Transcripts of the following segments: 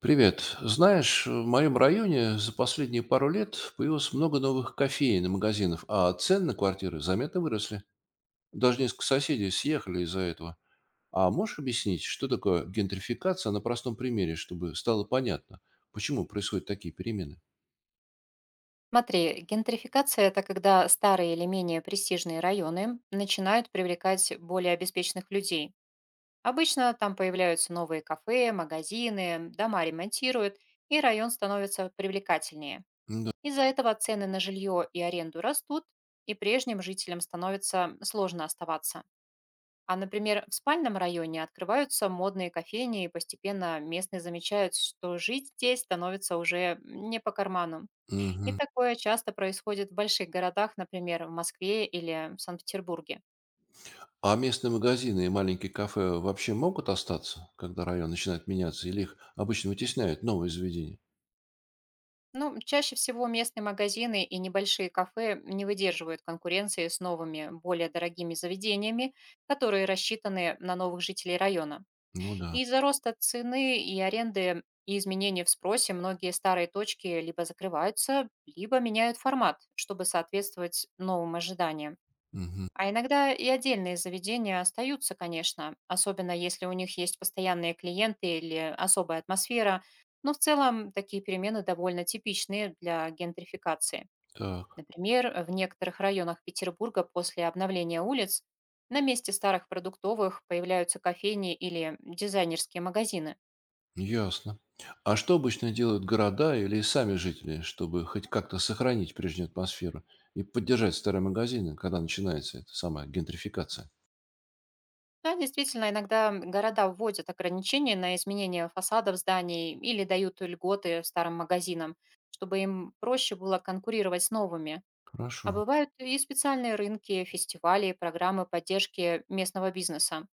Привет. Знаешь, в моем районе за последние пару лет появилось много новых кофеен и магазинов, а цены на квартиры заметно выросли. Даже несколько соседей съехали из-за этого. А можешь объяснить, что такое гентрификация на простом примере, чтобы стало понятно, почему происходят такие перемены? Смотри, гентрификация– это когда старые или менее престижные районы начинают привлекать более обеспеченных людей. Обычно там появляются новые кафе, магазины, дома ремонтируют, и район становится привлекательнее. Да. Из-за этого цены на жилье и аренду растут, и прежним жителям становится сложно оставаться. А, например, в спальном районе открываются модные кофейни, и постепенно местные замечают, что жить здесь становится уже не по карману. И Мгм. такое часто происходит в больших городах, например, в Москве или Санкт-Петербурге. А местные магазины и маленькие кафе вообще могут остаться, когда район начинает меняться, или их обычно вытесняют новые заведения? Ну, чаще всего местные магазины и небольшие кафе не выдерживают конкуренции с новыми, более дорогими заведениями, которые рассчитаны на новых жителей района. Ну да. И из-за роста цены и аренды и изменений в спросе многие старые точки либо закрываются, либо меняют формат, чтобы соответствовать новым ожиданиям. Мгм. А иногда и отдельные заведения остаются, конечно, особенно если у них есть постоянные клиенты или особая атмосфера, но в целом такие перемены довольно типичные для гентрификации. Так. Например, в некоторых районах Петербурга после обновления улиц на месте старых продуктовых появляются кофейни или дизайнерские магазины. Ясно. А что обычно делают города или сами жители, чтобы хоть как-то сохранить прежнюю атмосферу и поддержать старые магазины, когда начинается эта самая гентрификация? Да, действительно, иногда города вводят ограничения на изменение фасадов зданий или дают льготы старым магазинам, чтобы им проще было конкурировать с новыми. А Хорошо. бывают и специальные рынки, фестивали, программы поддержки местного бизнеса.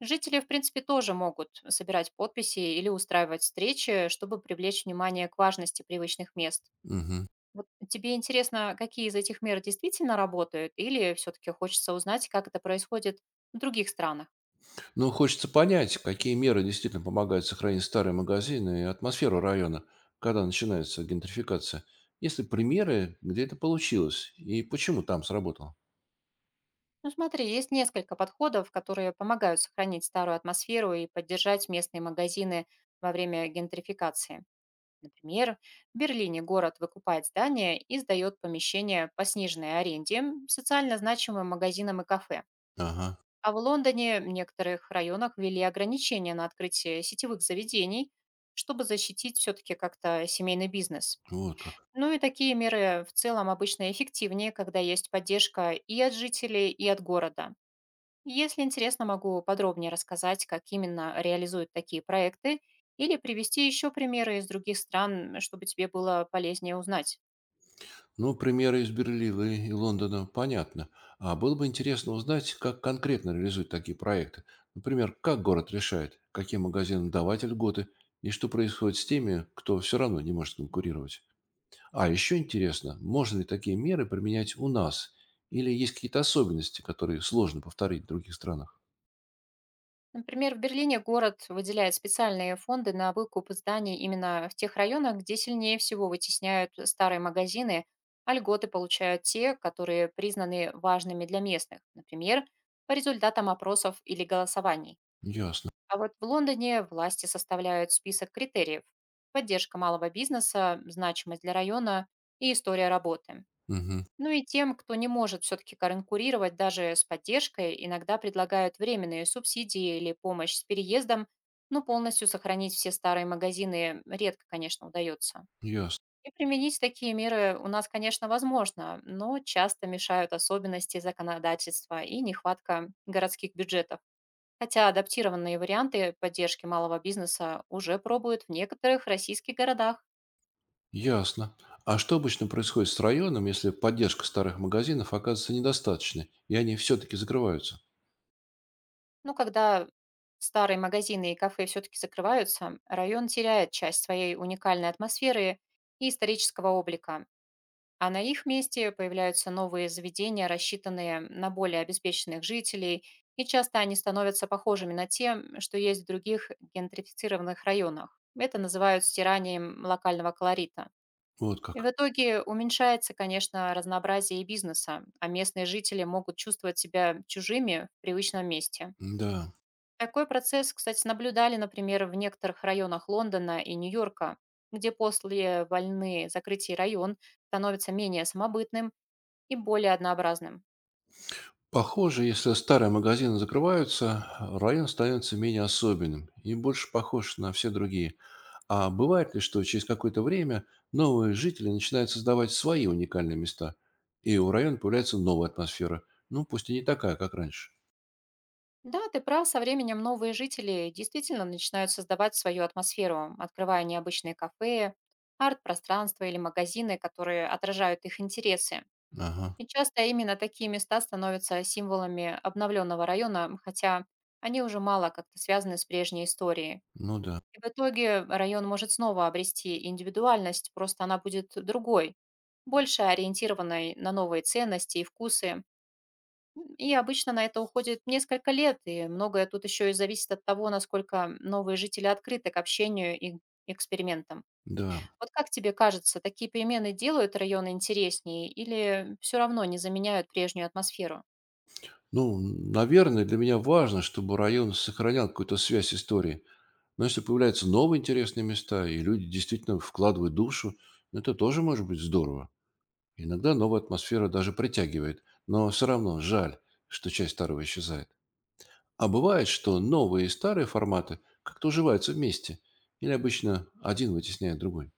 Жители, в принципе, тоже могут собирать подписи или устраивать встречи, чтобы привлечь внимание к важности привычных мест. Мгм. Вот тебе интересно, какие из этих мер действительно работают, или все-таки хочется узнать, как это происходит в других странах? Ну, хочется понять, какие меры действительно помогают сохранить старые магазины и атмосферу района, когда начинается гентрификация. Есть ли примеры, где это получилось и почему там сработало? Ну смотри, есть несколько подходов, которые помогают сохранить старую атмосферу и поддержать местные магазины во время гентрификации. Например, в Берлине город выкупает здание и сдает помещение по сниженной аренде социально значимым магазинам и кафе. Ага, А в Лондоне в некоторых районах ввели ограничения на открытие сетевых заведений, чтобы защитить все-таки как-то семейный бизнес. вот как. Ну и такие меры в целом обычно эффективнее, когда есть поддержка и от жителей, и от города. Если интересно, могу подробнее рассказать, как именно реализуют такие проекты, или привести еще примеры из других стран, чтобы тебе было полезнее узнать. Ну, примеры из Берлина и Лондона понятно. А было бы интересно узнать, как конкретно реализуют такие проекты. Например, как город решает, каким магазинам давать льготы, и что происходит с теми, кто все равно не может конкурировать. А еще интересно, можно ли такие меры применять у нас? Или есть какие-то особенности, которые сложно повторить в других странах? Например, в Берлине город выделяет специальные фонды на выкуп зданий именно в тех районах, где сильнее всего вытесняют старые магазины, а льготы получают те, которые признаны важными для местных, например, по результатам опросов или голосований. Ясно. А вот в Лондоне власти составляют список критериев. Поддержка малого бизнеса, значимость для района и история работы. Мгм. Ну и тем, кто не может все-таки конкурировать даже с поддержкой, иногда предлагают временные субсидии или помощь с переездом, но полностью сохранить все старые магазины редко, конечно, удается. Ясно. И применить такие меры у нас, конечно, возможно, но часто мешают особенности законодательства и нехватка городских бюджетов. Хотя адаптированные варианты поддержки малого бизнеса уже пробуют в некоторых российских городах. Ясно. А что обычно происходит с районом, если поддержка старых магазинов оказывается недостаточной, и они все-таки закрываются? Но когда старые магазины и кафе все-таки закрываются, район теряет часть своей уникальной атмосферы и исторического облика. А на их месте появляются новые заведения, рассчитанные на более обеспеченных жителей, и часто они становятся похожими на те, что есть в других гентрифицированных районах. Это называют стиранием локального колорита. Вот И в как. итоге уменьшается, конечно, разнообразие и бизнеса, а местные жители могут чувствовать себя чужими в привычном месте. Да. Такой процесс, кстати, наблюдали, например, в некоторых районах Лондона и Нью-Йорка, где после войны закрытий район становится менее самобытным и более однообразным. Похоже, если старые магазины закрываются, район становится менее особенным и больше похож на все другие. А бывает ли, что через какое-то время новые жители начинают создавать свои уникальные места, и у района появляется новая атмосфера, ну, пусть и не такая, как раньше? Да, ты прав, со временем новые жители действительно начинают создавать свою атмосферу, открывая необычные кафе, арт-пространства или магазины, которые отражают их интересы. Ага, И часто именно такие места становятся символами обновленного района, хотя они уже мало как-то связаны с прежней историей. ну да, И в итоге район может снова обрести индивидуальность, просто она будет другой, больше ориентированной на новые ценности и вкусы. И обычно на это уходит несколько лет, и многое тут еще и зависит от того, насколько новые жители открыты к общению и экспериментам. да. Вот как тебе кажется, такие перемены делают районы интереснее или все равно не заменяют прежнюю атмосферу? Ну, наверное, для меня важно, чтобы район сохранял какую-то связь истории, но если появляются новые интересные места, и люди действительно вкладывают душу, ну, это тоже может быть здорово. Иногда новая атмосфера даже притягивает, но все равно жаль, что часть старого исчезает. А бывает, что новые и старые форматы как-то уживаются вместе, или обычно один вытесняет другой.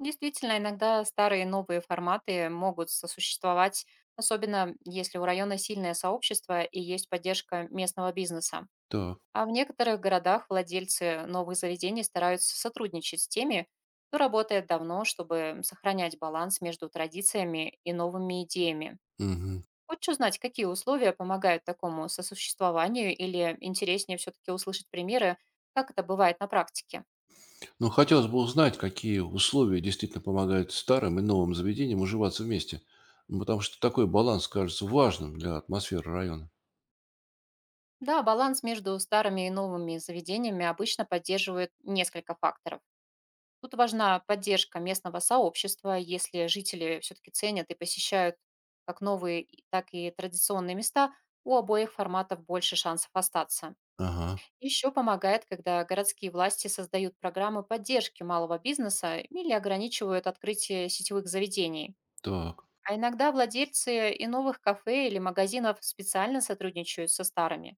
Действительно, иногда старые и новые форматы могут сосуществовать, особенно если у района сильное сообщество и есть поддержка местного бизнеса. Так. А в некоторых городах владельцы новых заведений стараются сотрудничать с теми, кто работает давно, чтобы сохранять баланс между традициями и новыми идеями. Мгм. Хочешь узнать, какие условия помогают такому сосуществованию или интереснее все-таки услышать примеры, как это бывает на практике? Ну, хотелось бы узнать, какие условия действительно помогают старым и новым заведениям уживаться вместе, ну, потому что такой баланс кажется важным для атмосферы района. Да, баланс между старыми и новыми заведениями обычно поддерживает несколько факторов. Тут важна поддержка местного сообщества, если жители все-таки ценят и посещают как новые, так и традиционные места, у обоих форматов больше шансов остаться. Ага, Еще помогает, когда городские власти создают программы поддержки малого бизнеса или ограничивают открытие сетевых заведений. так, А иногда владельцы и новых кафе или магазинов специально сотрудничают со старыми,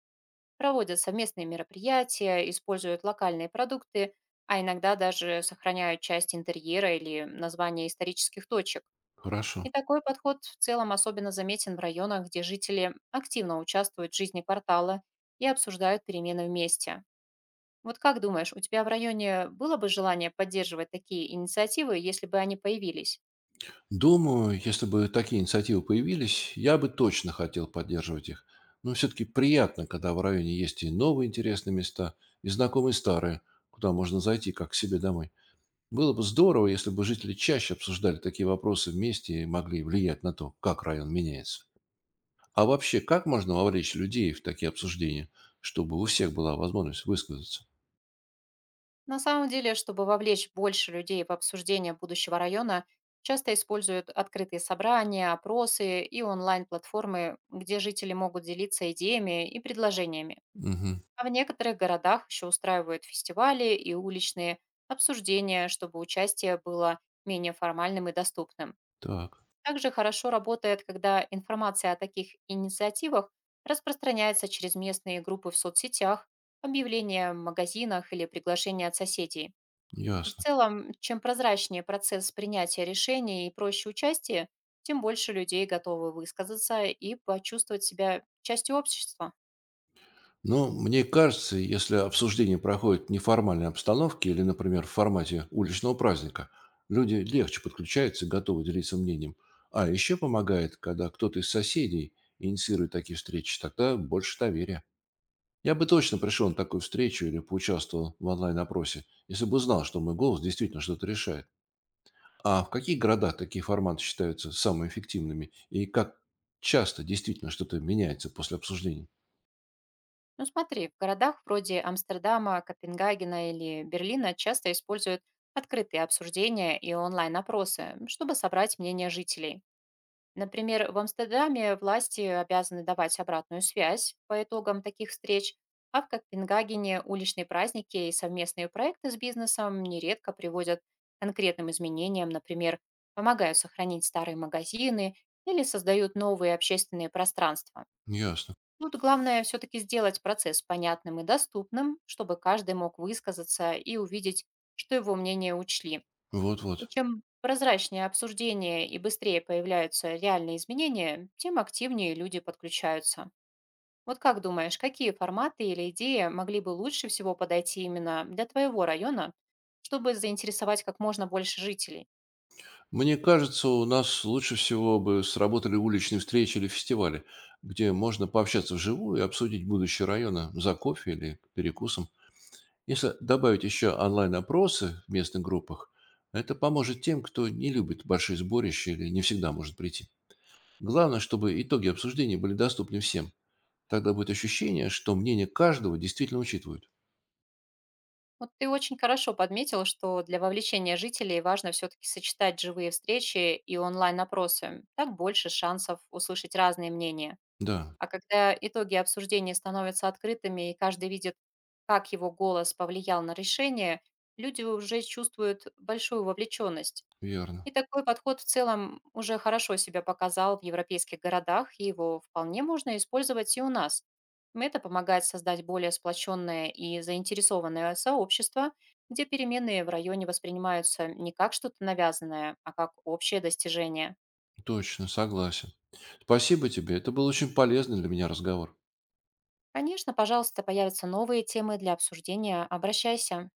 проводят совместные мероприятия, используют локальные продукты, а иногда даже сохраняют часть интерьера или названия исторических точек. хорошо. И такой подход в целом особенно заметен в районах, где жители активно участвуют в жизни квартала и обсуждают перемены вместе. Вот как думаешь, у тебя в районе было бы желание поддерживать такие инициативы, если бы они появились? Думаю, если бы такие инициативы появились, я бы точно хотел поддерживать их. Но все-таки приятно, когда в районе есть и новые интересные места, и знакомые старые, куда можно зайти как к себе домой. Было бы здорово, если бы жители чаще обсуждали такие вопросы вместе и могли влиять на то, как район меняется. А вообще, как можно вовлечь людей в такие обсуждения, чтобы у всех была возможность высказаться? На самом деле, чтобы вовлечь больше людей в обсуждение будущего района, часто используют открытые собрания, опросы и онлайн-платформы, где жители могут делиться идеями и предложениями. Угу, А в некоторых городах еще устраивают фестивали и уличные обсуждения, чтобы участие было менее формальным и доступным. так, Также хорошо работает, когда информация о таких инициативах распространяется через местные группы в соцсетях, объявления в магазинах или приглашения от соседей. И в ясно. целом, чем прозрачнее процесс принятия решений и проще участие, тем больше людей готовы высказаться и почувствовать себя частью общества. Но мне кажется, если обсуждение проходит в неформальной обстановке или, например, в формате уличного праздника, люди легче подключаются и готовы делиться мнением. А еще помогает, когда кто-то из соседей инициирует такие встречи, тогда больше доверия. Я бы точно пришел на такую встречу или поучаствовал в онлайн-опросе, если бы знал, что мой голос действительно что-то решает. А в каких городах такие форматы считаются самыми эффективными и как часто действительно что-то меняется после обсуждений? Ну смотри, в городах вроде Амстердама, Копенгагена или Берлина часто используют открытые обсуждения и онлайн-опросы, чтобы собрать мнение жителей. Например, в Амстердаме власти обязаны давать обратную связь по итогам таких встреч, а в Копенгагене уличные праздники и совместные проекты с бизнесом нередко приводят к конкретным изменениям, например, помогают сохранить старые магазины или создают новые общественные пространства. Ясно. Тут главное все-таки сделать процесс понятным и доступным, чтобы каждый мог высказаться и увидеть, что его мнение учли. И Вот-вот. чем прозрачнее обсуждение и быстрее появляются реальные изменения, тем активнее люди подключаются. Вот как думаешь, какие форматы или идеи могли бы лучше всего подойти именно для твоего района, чтобы заинтересовать как можно больше жителей? Мне кажется, у нас лучше всего бы сработали уличные встречи или фестивали, где можно пообщаться вживую и обсудить будущее района за кофе или перекусом. Если добавить еще онлайн-опросы в местных группах, это поможет тем, кто не любит большие сборища или не всегда может прийти. Главное, чтобы итоги обсуждения были доступны всем. Тогда будет ощущение, что мнение каждого действительно учитывают. Вот ты очень хорошо подметил, что для вовлечения жителей важно все-таки сочетать живые встречи и онлайн-опросы. Так больше шансов услышать разные мнения. Да, А когда итоги обсуждения становятся открытыми и каждый видит, как его голос повлиял на решение, люди уже чувствуют большую вовлеченность. верно. И такой подход в целом уже хорошо себя показал в европейских городах, и его вполне можно использовать и у нас. Это помогает создать более сплоченное и заинтересованное сообщество, где переменные в районе воспринимаются не как что-то навязанное, а как общее достижение. Точно, согласен. Спасибо тебе. Это был очень полезный для меня разговор. Конечно, пожалуйста, появятся новые темы для обсуждения. Обращайся.